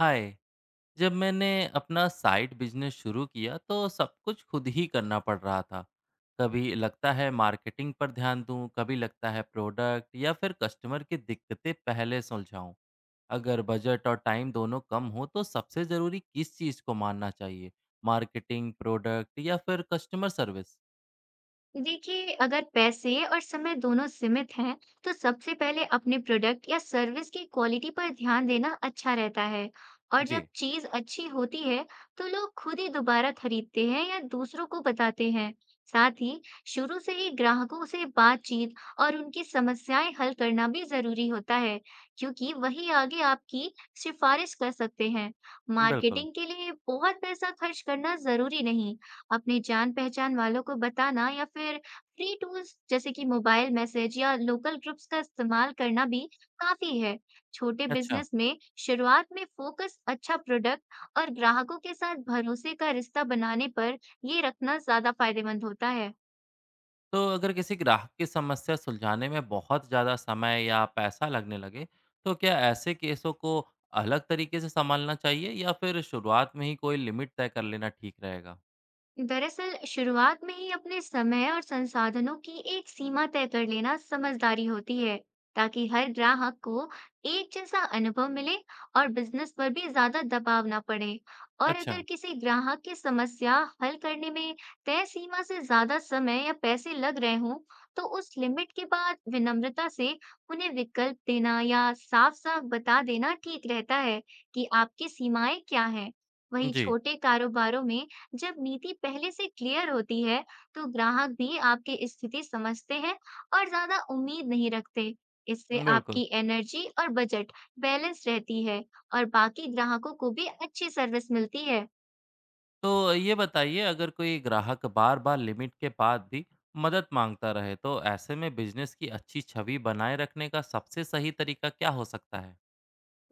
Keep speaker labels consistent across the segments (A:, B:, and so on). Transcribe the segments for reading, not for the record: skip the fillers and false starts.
A: हाय। जब मैंने अपना साइड बिजनेस शुरू किया तो सब कुछ खुद ही करना पड़ रहा था। कभी लगता है मार्केटिंग पर ध्यान दूं, कभी लगता है प्रोडक्ट या फिर कस्टमर की दिक्कतें पहले सुलझाऊं। अगर बजट और टाइम दोनों कम हो तो सबसे ज़रूरी किस चीज़ को मानना चाहिए? मार्केटिंग, प्रोडक्ट या फिर कस्टमर सर्विस?
B: देखिए, अगर पैसे और समय दोनों सीमित हैं, तो सबसे पहले अपने प्रोडक्ट या सर्विस की क्वालिटी पर ध्यान देना अच्छा रहता है। और जब
A: जी।
B: चीज़ अच्छी होती है, तो लोग खुद ही दोबारा खरीदते हैं या दूसरों को बताते हैं। साथ ही शुरू से ही ग्राहकों से बातचीत और उनकी समस्याएं हल करना भी जरूरी होता है, क्योंकि वही आगे आपकी सिफारिश कर सकते हैं।
A: बिल्कुल।
B: मार्केटिंग के लिए बहुत पैसा खर्च करना जरूरी नहीं। अपनी जान-पहचान वालों को बताना या फिर फ्री टूल्स जैसे कि मोबाइल मैसेज या लोकल ग्रुप्स का इस्तेमाल करना भी काफ़ी है। छोटे
A: अच्छा।
B: बिज़नेस में शुरुआत में फ़ोकस अच्छा प्रोडक्ट और ग्राहकों के साथ भरोसे का रिश्ता बनाने पर ये रखना ज़्यादा फ़ायदेमंद होता है।
A: तो अगर किसी ग्राहक की समस्या सुलझाने में बहुत ज़्यादा समय या पैसा लगने लगे, तो क्या ऐसे केसों को अलग तरीके से संभालना चाहिए या फिर शुरुआत में ही कोई लिमिट तय कर लेना ठीक रहेगा?
B: दरअसल शुरुआत में ही अपने समय और संसाधनों की एक सीमा तय कर लेना समझदारी होती है, ताकि हर ग्राहक को एक जैसा अनुभव मिले और बिजनेस पर भी ज्यादा दबाव ना पड़े। और अगर
A: अच्छा।
B: किसी ग्राहक की समस्या हल करने में तय सीमा से ज्यादा समय या पैसे लग रहे हों, तो उस लिमिट के बाद विनम्रता से उन्हें विकल्प देना या साफ साफ बता देना ठीक रहता है कि आपकी सीमाएं क्या हैं। वहीं
A: जी।
B: छोटे कारोबारों में जब नीति पहले से क्लियर होती है, तो ग्राहक भी आपकी स्थिति समझते हैं और ज़्यादा उम्मीद नहीं रखते। इससे
A: बिल्कुल।
B: आपकी एनर्जी और बजट बैलेंस रहती है और बाकी ग्राहकों को भी अच्छी सर्विस मिलती है।
A: तो ये बताइए, अगर कोई ग्राहक बार-बार लिमिट के बाद भी मदद मांगता रहे, तो ऐसे में बिज़नेस की अच्छी छवि बनाए रखने का सबसे सही तरीका क्या हो सकता है?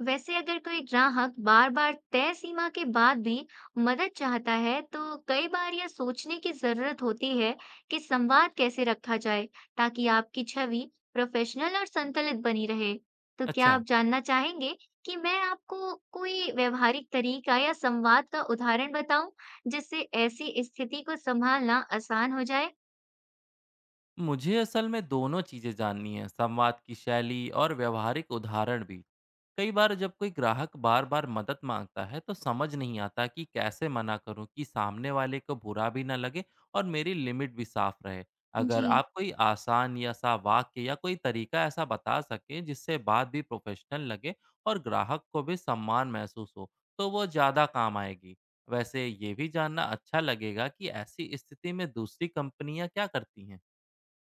B: वैसे अगर कोई ग्राहक बार-बार तय सीमा के बाद भी मदद चाहता है, तो कई बार यह सोचने की जरूरत होती है कि संवाद कैसे रखा जाए, ताकि आपकी छवि प्रोफेशनल और संतुलित बनी रहे। तो क्या आप
A: अच्छा।
B: जानना चाहेंगे कि मैं आपको कोई व्यवहारिक तरीका या संवाद का उदाहरण बताऊं, जिससे ऐसी स्थिति को संभालना आसान हो जाए?
A: मुझे असल में दोनों चीज़ें जाननी है, संवाद की शैली और व्यावहारिक उदाहरण भी। कई बार जब कोई ग्राहक बार बार मदद मांगता है तो समझ नहीं आता कि कैसे मना करूं कि सामने वाले को बुरा भी ना लगे और मेरी लिमिट भी साफ रहे।
B: जी
A: अगर आप कोई आसान या सा वाक्य या कोई तरीका ऐसा बता सकें जिससे बात भी प्रोफेशनल लगे और ग्राहक को भी सम्मान महसूस हो, तो वो ज़्यादा काम आएगी। वैसे ये भी जानना अच्छा लगेगा कि ऐसी स्थिति में दूसरी कंपनियां क्या करती हैं।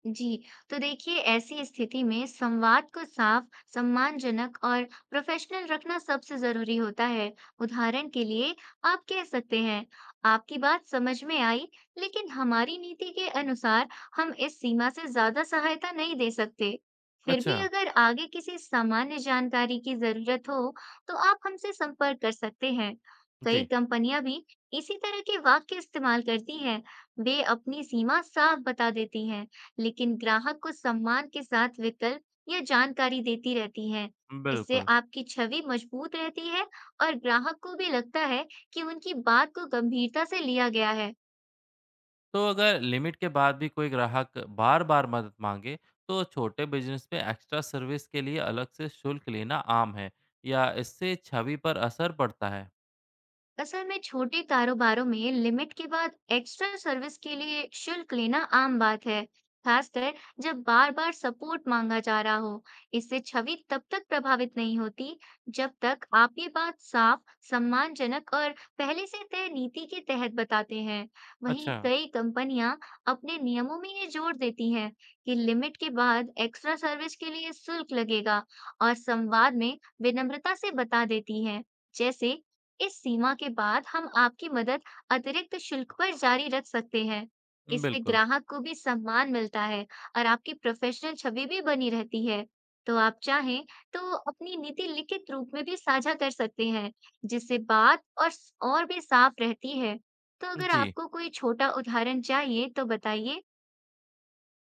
B: जी, तो देखिए, ऐसी स्थिति में संवाद को साफ, सम्मानजनक और प्रोफेशनल रखना सबसे जरूरी होता है। उदाहरण के लिए आप कह सकते हैं, आपकी बात समझ में आई, लेकिन हमारी नीति के अनुसार हम इस सीमा से ज्यादा सहायता नहीं दे सकते। फिर
A: अच्छा।
B: भी अगर आगे किसी सामान्य जानकारी की जरूरत हो, तो आप हमसे संपर्क कर सकते हैं। कई
A: जी।
B: कंपनियां भी इसी तरह के वाक्य इस्तेमाल करती हैं। वे अपनी सीमा साफ बता देती हैं, लेकिन ग्राहक को सम्मान के साथ विकल्प या जानकारी देती रहती है। इससे
A: बिल्कुल।
B: आपकी छवि मजबूत रहती है और ग्राहक को भी लगता है कि उनकी बात को गंभीरता से लिया गया है।
A: तो अगर लिमिट के बाद भी कोई ग्राहक बार बार मदद मांगे तो छोटे बिजनेस में एक्स्ट्रा सर्विस के लिए अलग से शुल्क लेना आम है या इससे छवि पर असर पड़ता है?
B: असल में छोटे कारोबारों में लिमिट के बाद एक्स्ट्रा सर्विस के लिए शुल्क लेना आम बात है, खासकर जब बार-बार सपोर्ट मांगा जा रहा हो। इससे छवि तब तक प्रभावित नहीं होती, जब तक आप ये बात साफ, सम्मानजनक और पहले से तय नीति के तहत बताते हैं। वहीं
A: अच्छा।
B: कई कंपनियां अपने नियमों में ये जोड़ देती हैं कि लिमिट के बाद एक्स्ट्रा सर्विस के लिए शुल्क लगेगा, और संवाद में विनम्रता से बता देती हैं। जैसे, इस सीमा के बाद हम आपकी मदद अतिरिक्त शुल्क पर जारी रख सकते हैं। इससे
A: बिल्कुल।
B: ग्राहक को भी सम्मान मिलता है और आपकी प्रोफेशनल छवि भी बनी रहती है। तो आप चाहें तो अपनी नीति लिखित रूप में भी साझा कर सकते हैं, जिससे बात और भी साफ रहती है। तो अगर
A: जी।
B: आपको कोई छोटा उदाहरण चाहिए तो बताइए।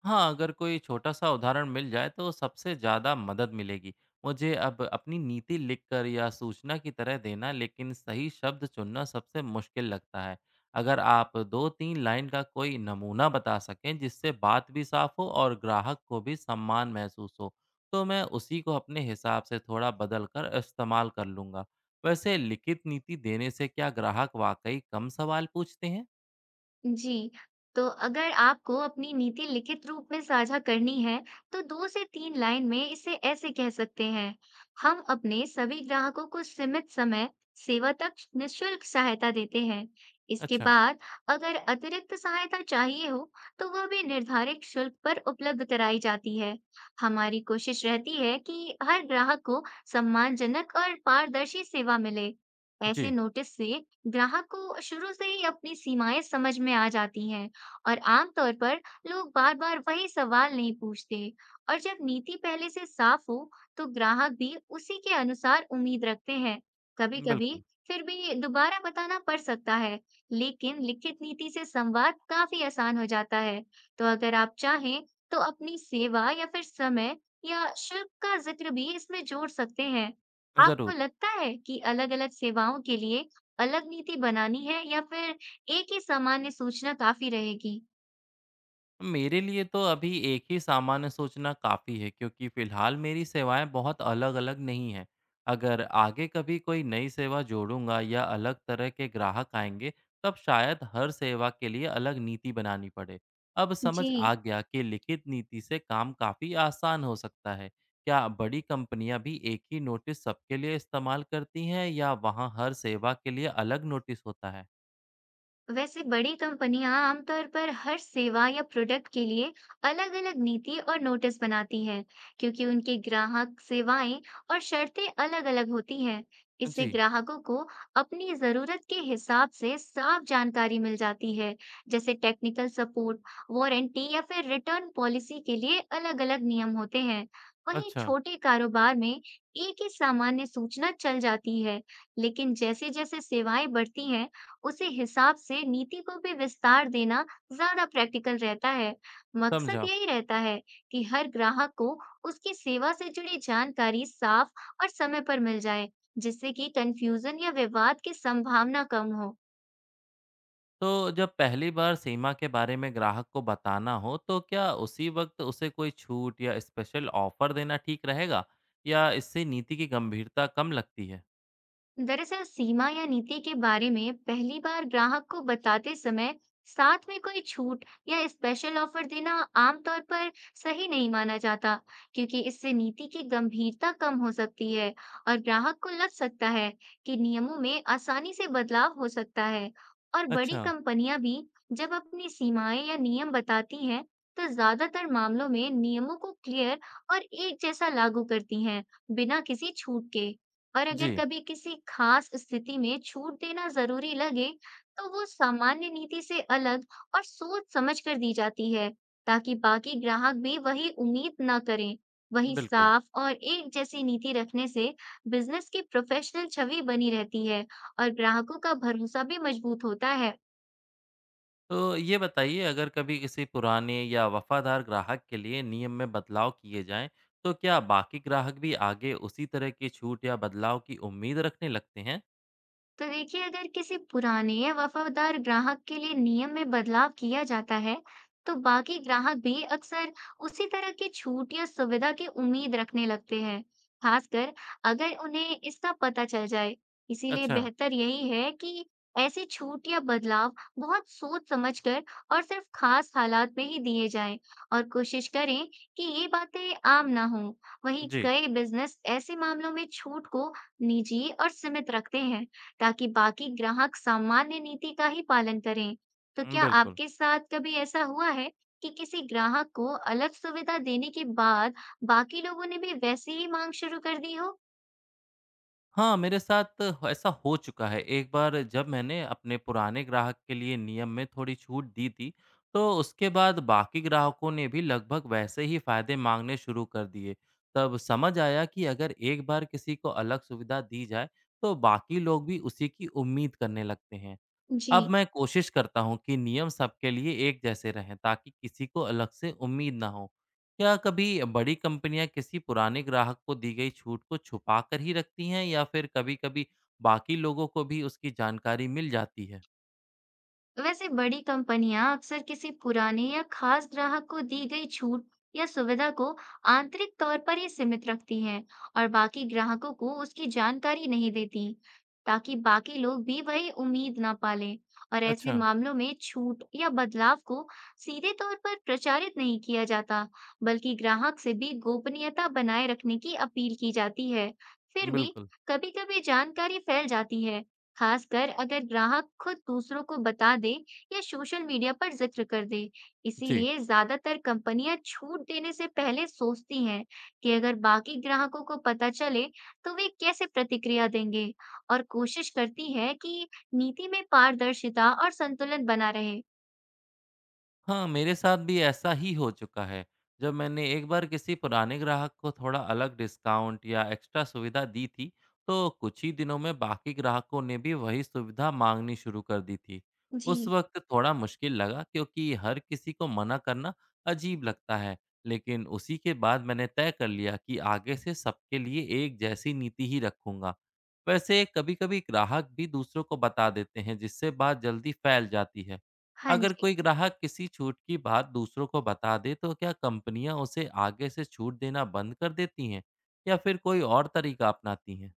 A: हाँ, अगर कोई छोटा-सा उदाहरण मिल जाए तो सबसे ज़्यादा मदद मिलेगी। मुझे अब अपनी नीति लिखकर या सूचना की तरह देना, लेकिन सही शब्द चुनना सबसे मुश्किल लगता है। अगर आप 2-3 लाइन का कोई नमूना बता सकें जिससे बात भी साफ हो और ग्राहक को भी सम्मान महसूस हो, तो मैं उसी को अपने हिसाब से थोड़ा बदल कर इस्तेमाल कर लूँगा। वैसे लिखित नीति देने से क्या ग्राहक वाक़ई कम सवाल पूछते हैं?
B: जी, तो अगर आपको अपनी नीति लिखित रूप में साझा करनी है, तो 2 से 3 लाइन में इसे ऐसे कह सकते हैं, हम अपने सभी ग्राहकों को सीमित समय सेवा तक निःशुल्क सहायता देते हैं। इसके
A: अच्छा।
B: बाद अगर अतिरिक्त सहायता चाहिए हो, तो वह भी निर्धारित शुल्क पर उपलब्ध कराई जाती है। हमारी कोशिश रहती है कि हर ग्राहक को सम्मानजनक और पारदर्शी सेवा मिले। ऐसे
A: जी।
B: नोटिस से ग्राहक को शुरू से ही अपनी सीमाएं समझ में आ जाती हैं, और आमतौर पर लोग बार बार वही सवाल नहीं पूछते। और जब नीति पहले से साफ हो, तो ग्राहक भी उसी के अनुसार उम्मीद रखते हैं। कभी कभी
A: बिल्कुल।
B: फिर भी दोबारा बताना पड़ सकता है, लेकिन लिखित नीति से संवाद काफी आसान हो जाता है। तो अगर आप चाहें तो अपनी सेवा या फिर समय या शुल्क का जिक्र भी इसमें जोड़ सकते हैं। आपको
A: ज़रूर।
B: लगता है कि अलग-अलग सेवाओं के लिए अलग नीति बनानी है या फिर एक ही सामान्य सूचना काफी रहेगी?
A: मेरे लिए तो अभी एक ही सामान्य सोचना काफ़ी है क्योंकि फ़िलहाल मेरी सेवाएं बहुत अलग-अलग नहीं हैं। अगर आगे कभी कोई नई सेवा जोड़ूँगा या अलग तरह के ग्राहक आएँगे, तब शायद हर सेवा के लिए अलग नीति बनानी पड़े। अब समझ
B: जी,
A: आ गया कि लिखित नीति से काम काफ़ी आसान हो सकता है। क्या बड़ी कंपनियां भी एक ही नोटिस सबके लिए इस्तेमाल करती हैं या वहाँ हर सेवा के लिए अलग नोटिस होता है?
B: वैसे बड़ी कंपनियां आमतौर पर हर सेवा या प्रोडक्ट के लिए अलग-अलग नीति और नोटिस बनाती हैं, क्योंकि उनके ग्राहक, सेवाएं और शर्तें अलग-अलग होती हैं। इससे
A: जी।
B: ग्राहकों को अपनी जरूरत के हिसाब से साफ जानकारी मिल जाती है, जैसे टेक्निकल सपोर्ट, वारंटी या फिर रिटर्न पॉलिसी के लिए अलग-अलग नियम होते हैं। वहीं
A: अच्छा।
B: छोटे कारोबार में एक ही सामान्य सूचना चल जाती है, लेकिन जैसे-जैसे सेवाएं बढ़ती हैं, उसी हिसाब से नीति को भी विस्तार देना ज़्यादा प्रैक्टिकल रहता है। मकसद
A: समझा।
B: यही रहता है कि हर ग्राहक को उसकी सेवा से जुड़ी जानकारी साफ और समय पर मिल जाए, जिससे कि कन्फ्यूजन या विवाद की संभावना कम हो।
A: तो जब पहली बार सीमा के बारे में ग्राहक को बताना हो तो क्या उसी वक्त उसे कोई छूट या स्पेशल ऑफर देना ठीक रहेगा या इससे नीति की गंभीरता कम लगती है?
B: दरअसल सीमा या नीति के बारे में पहली बार ग्राहक को बताते समय साथ में कोई छूट या स्पेशल ऑफर देना आमतौर पर सही नहीं माना जाता, क्योंकि इससे नीति की गंभीरता कम हो सकती है और ग्राहक को लग सकता है कि नियमों में आसानी से बदलाव हो सकता है। और बड़ी
A: अच्छा।
B: कंपनियां भी जब अपनी सीमाएं या नियम बताती हैं, तो ज्यादातर मामलों में नियमों को क्लियर और एक जैसा लागू करती हैं, बिना किसी छूट के। और अगर
A: जी।
B: कभी किसी खास स्थिति में छूट देना जरूरी लगे, तो वो सामान्य नीति से अलग और सोच समझ कर दी जाती है, ताकि बाकी ग्राहक भी वही उम्मीद ना करें। वही
A: बिल्कुल।
B: साफ और एक जैसी नीति रखने से बिजनेस की प्रोफेशनल छवि बनी रहती है और ग्राहकों का भरोसा भी मजबूत होता है।
A: तो ये बताइए, अगर कभी किसी पुराने या वफादार ग्राहक के लिए नियम में बदलाव किए जाएं तो क्या बाकी ग्राहक भी आगे उसी तरह की छूट या बदलाव की उम्मीद रखने लगते हैं?
B: तो देखिए, अगर किसी पुराने या वफादार ग्राहक के लिए नियम में बदलाव किया जाता है, तो बाकी ग्राहक भी अक्सर उसी तरह की छूट या सुविधा की उम्मीद रखने लगते हैं, खासकर अगर उन्हें इसका पता चल जाए। इसीलिए
A: अच्छा।
B: बेहतर यही है कि ऐसी छूट या बदलाव बहुत सोच समझकर और सिर्फ खास हालात में ही दिए जाएं, और कोशिश करें कि ये बातें आम ना हों। वहीं
A: जी।
B: कई बिजनेस ऐसे मामलों में छूट को निजी और सीमित रखते हैं, ताकि बाकी ग्राहक सामान्य नीति का ही पालन करें। तो क्या
A: बिल्कुल।
B: आपके साथ कभी ऐसा हुआ है कि किसी ग्राहक को अलग सुविधा देने के बाद बाकी लोगों ने भी वैसी ही मांग शुरू कर दी हो?
A: हाँ, मेरे साथ ऐसा हो चुका है। एक बार जब मैंने अपने पुराने ग्राहक के लिए नियम में थोड़ी छूट दी थी, तो उसके बाद बाकी ग्राहकों ने भी लगभग वैसे ही फ़ायदे माँगने शुरू कर दिए। तब समझ आया कि अगर एक बार किसी को अलग सुविधा दी जाए, तो बाकी लोग भी उसी की उम्मीद करने लगते हैं। अब
B: जी।
A: मैं कोशिश करता हूँ कि नियम सबके लिए एक जैसे रहें ताकि किसी को अलग से उम्मीद ना हो। क्या कभी बड़ी कंपनियां किसी पुराने ग्राहक को दी गई छूट को छुपा कर ही रखती हैं या फिर कभी-कभी बाकी लोगों को भी उसकी जानकारी मिल जाती है?
B: तो वैसे बड़ी कंपनियां अक्सर किसी पुराने या खास ग्राहक को दी गई छूट या सुविधा को आंतरिक तौर पर ही सीमित रखती हैं और बाकी ग्राहकों को उसकी जानकारी नहीं देती, ताकि बाकी लोग भी वही उम्मीद ना पालें। और ऐसे
A: अच्छा।
B: मामलों में छूट या बदलाव को सीधे तौर पर प्रचारित नहीं किया जाता, बल्कि ग्राहक से भी गोपनीयता बनाए रखने की अपील की जाती है। फिर भी
A: बिल्कुल।
B: कभी-कभी जानकारी फैल जाती है, खासकर अगर ग्राहक खुद दूसरों को बता दे या सोशल मीडिया पर जिक्र कर दे।
A: जी।
B: इसीलिए ज्यादातर कंपनियां छूट देने से पहले सोचती हैं कि अगर बाकी ग्राहकों को पता चले, तो वे कैसे प्रतिक्रिया देंगे, और कोशिश करती है कि नीति में पारदर्शिता और संतुलन बना रहे।
A: हाँ, मेरे साथ भी ऐसा ही हो चुका है। जब मैंने एक बार किसी पुराने ग्राहक को थोड़ा अलग डिस्काउंट या एक्स्ट्रा सुविधा दी थी, तो कुछ ही दिनों में बाकी ग्राहकों ने भी वही सुविधा माँगनी शुरू कर दी थी। उस
B: जी,
A: वक़्त थोड़ा मुश्किल लगा क्योंकि हर किसी को मना करना अजीब लगता है, लेकिन उसी के बाद मैंने तय कर लिया कि आगे से सबके लिए एक जैसी नीति ही रखूँगा। वैसे कभी-कभी ग्राहक भी दूसरों को बता देते हैं, जिससे बात जल्दी फैल जाती है।
B: हाँ
A: अगर
B: जी।
A: कोई ग्राहक किसी छूट की बात दूसरों को बता दे तो क्या कंपनियां उसे आगे से छूट देना बंद कर देती हैं या फिर कोई और तरीका अपनाती हैं?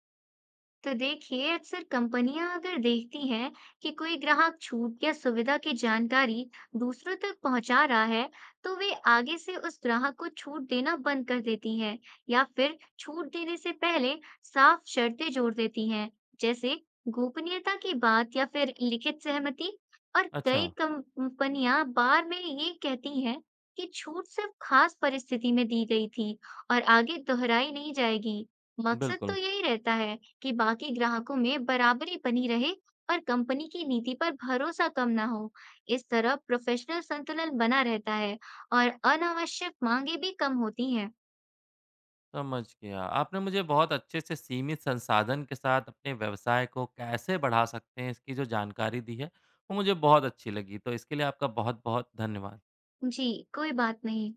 B: तो देखिए, अक्सर कंपनियां अगर देखती हैं कि कोई ग्राहक छूट या सुविधा की जानकारी दूसरों तक पहुंचा रहा है, तो वे आगे से उस ग्राहक को छूट देना बंद कर देती हैं, या फिर छूट देने से पहले साफ शर्तें जोड़ देती हैं, जैसे गोपनीयता की बात या फिर लिखित सहमति। और
A: अच्छा।
B: कई कंपनियां बार में ये कहती हैं कि छूट सिर्फ खास परिस्थिति में दी गई थी और आगे दोहराई नहीं जाएगी। मकसद तो
A: बिल्कुल।
B: यही रहता है कि बाकी ग्राहकों में बराबरी बनी रहे और कंपनी की नीति पर भरोसा कम ना हो। इस तरह प्रोफेशनल संतुलन बना रहता है और अनावश्यक मांगे भी कम होती हैं।
A: समझ गया, आपने मुझे बहुत अच्छे से सीमित संसाधन के साथ अपने व्यवसाय को कैसे बढ़ा सकते हैं इसकी जो जानकारी दी है वो मुझे बहुत अच्छी लगी, तो इसके लिए आपका बहुत बहुत धन्यवाद।
B: जी, कोई बात नहीं।